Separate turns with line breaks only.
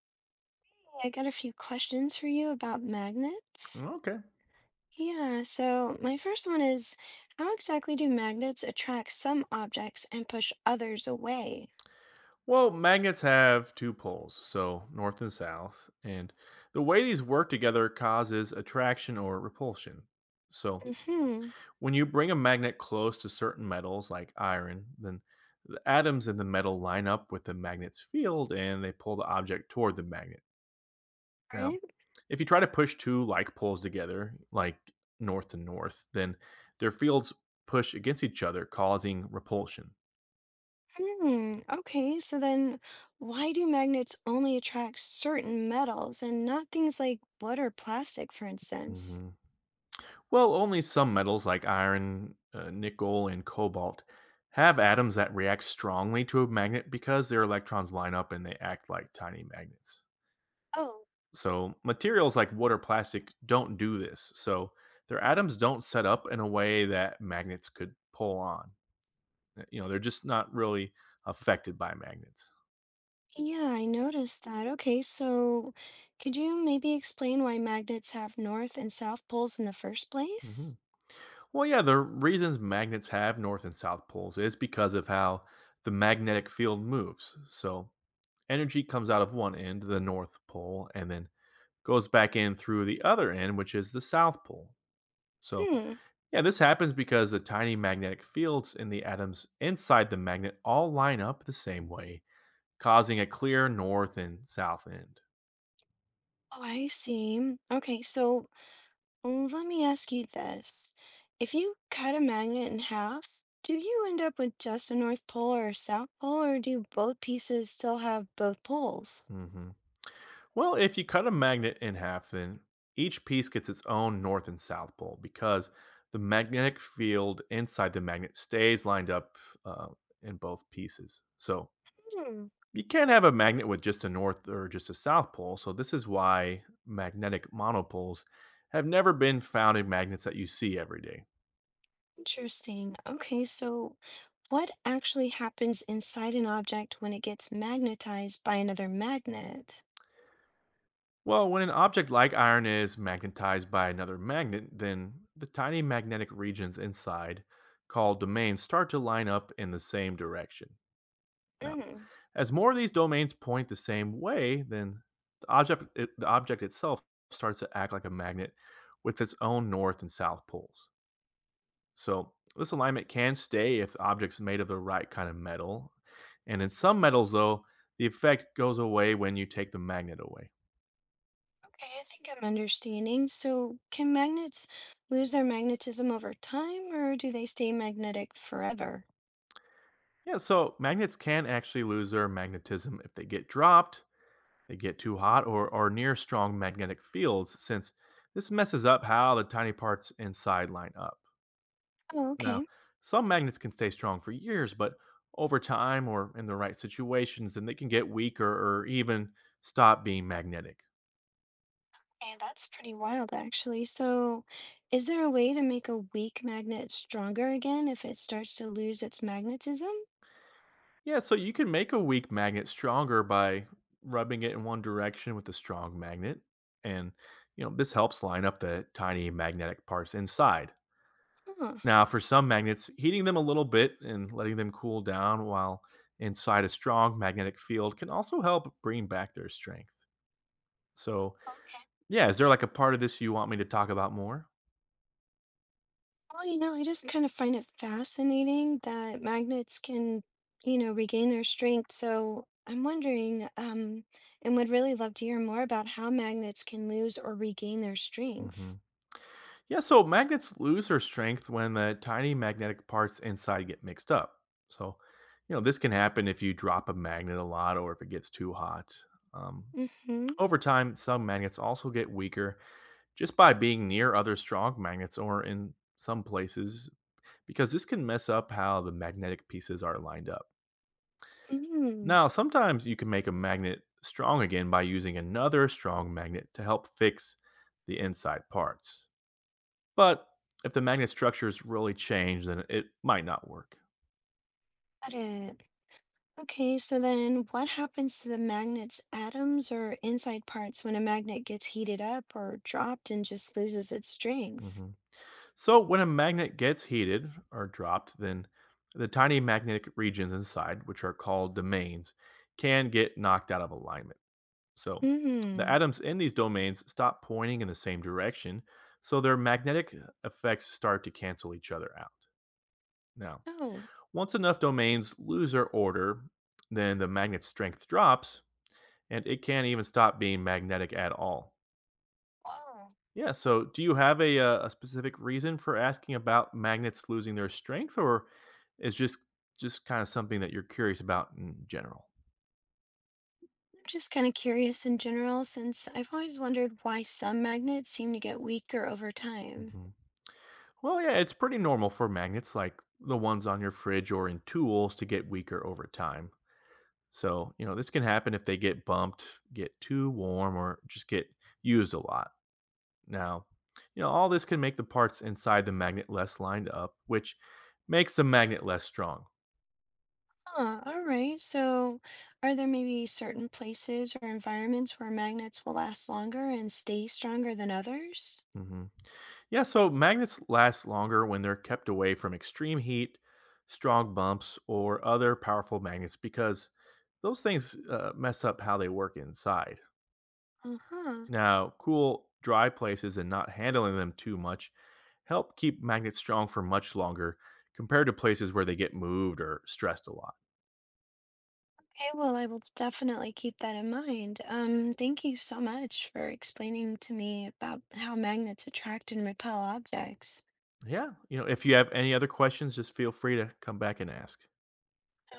I got a few questions for you about magnets.
Okay.
Yeah, so my first one is how exactly do magnets attract some objects and push others away?
Well, magnets have two poles, so north and south, and the way these work together causes attraction or repulsion. So,
Mm-hmm.
when you bring a magnet close to certain metals like iron, then the atoms in the metal line up with the magnet's field and they pull the object toward the magnet. Now,
Right?
if you try to push two like poles together, like north and north, then their fields push against each other, causing repulsion.
Hmm. Okay, so then why do magnets only attract certain metals and not things like wood or plastic, for instance?
Mm-hmm. Well, only some metals like iron, nickel, and cobalt have atoms that react strongly to a magnet because their electrons line up and they act like tiny magnets.
Oh,
So, materials like wood or plastic don't do this. So, their atoms don't set up in a way that magnets could pull on. They're just not really affected by magnets.
yeah, I noticed that. Okay, so could you maybe explain why magnets have north and south poles in the first
hmm
place?
Well, yeah, the reasons magnets have north and south poles is because of how the magnetic field moves. So, energy comes out of one end, the North Pole, and then goes back in through the other end, which is the South Pole. So,
Hmm.
yeah, this happens because the tiny magnetic fields in the atoms inside the magnet all line up the same way causing a clear north and south end.
Oh, I see. Mm. Okay, so let me ask you this. If you cut a magnet in half, do you end up with just a North Pole or a South Pole, or do both pieces still have both poles?
hmm Well, if you cut a magnet in half, then each piece gets its own north and south pole because the magnetic field inside the magnet stays lined up uh, in both pieces. So
Hmm,
you can't have a magnet with just a north or just a south pole, so this is why magnetic monopoles have never been found in magnets that you see every day.
interesting. Okay, so what actually happens inside an object when it gets magnetized by another magnet?
Well, when an object like iron is magnetized by another magnet, then the tiny magnetic regions inside, called domains, start to line up in the same direction. Now,
Mm.
as more of these domains point the same way, then the object itself starts to act like a magnet with its own north and south poles. So this alignment can stay if the object's made of the right kind of metal. And in some metals, though, the effect goes away when you take the magnet away.
Okay, I think I'm understanding. So can magnets lose their magnetism over time, or do they stay magnetic forever?
Yeah, so magnets can actually lose their magnetism if they get dropped, they get too hot, or are near strong magnetic fields, since this messes up how the tiny parts inside line up.
Oh,
Now,
okay.
some magnets can stay strong for years, but over time or in the right situations, then they can get weaker or even stop being magnetic.
And that's pretty wild, actually. So, is there a way to make a weak magnet stronger again if it starts to lose its magnetism?
Yeah, so you can make a weak magnet stronger by rubbing it in one direction with a strong magnet. And, you know, this helps line up the tiny magnetic parts inside.
Huh.
Now, for some magnets, heating them a little bit and letting them cool down while inside a strong magnetic field can also help bring back their strength. So,
Okay.
yeah, is there like a part of this you want me to talk about more?
Well, I just kind of find it, fascinating that magnets can you know, regain their strength. So, I'm wondering, and would really love to hear more about how magnets can lose or regain their strength.
Mhm. Yeah, so magnets lose their strength when the tiny magnetic parts inside get mixed up. So, you know, this can happen if you drop a magnet a lot or if it gets too hot. Um,
Mm-hmm.
Over time, some magnets also get weaker just by being near other strong magnets or in some places, because this can mess up how the magnetic pieces are lined up.
Mm-hmm.
Now, sometimes you can make a magnet strong again by using another strong magnet to help fix the inside parts. But if the magnet structures really changed, then it might not work.
Got it. Okay, so then what happens to the magnet's atoms or inside parts when a magnet gets heated up or dropped and just loses its strength?
hmm So when a magnet gets heated or dropped, then the tiny magnetic regions inside, which are called domains, can get knocked out of alignment. So the
Hmm.
atoms in these domains stop pointing in the same direction, so their magnetic effects start to cancel each other out. Now,
Oh,
once enough domains lose their order, then the magnet's strength drops, and it can't even stop being magnetic at all.
wow.
Yeah. So, do you have a specific reason for asking about magnets losing their strength, or is just kind of something that you're curious about in general?
I'm just kind of curious in general since I've always wondered why some magnets seem to get weaker over time.
hmm Well, yeah, it's pretty normal for magnets like the ones on your fridge or in tools to get weaker over time. So, you know, this can happen if they get bumped, get too warm, or just get used a lot. Now, you know, all this can make the parts inside the magnet less lined up, which makes the magnet less strong.
Huh, all right. So are there maybe certain places or environments where magnets will last longer and stay stronger than others?
Mm-hmm. Yeah, so magnets last longer when they're kept away from extreme heat, strong bumps, or other powerful magnets because those things mess up how they work inside.
Uh-huh.
Now, cool, dry places and not handling them too much help keep magnets strong for much longer compared to places where they get moved or stressed a lot.
Okay, well, I will definitely keep that in mind. Thank you so much for explaining to me about how magnets attract and repel objects.
Yeah, you know, if you have any other questions, just feel free to come back and ask.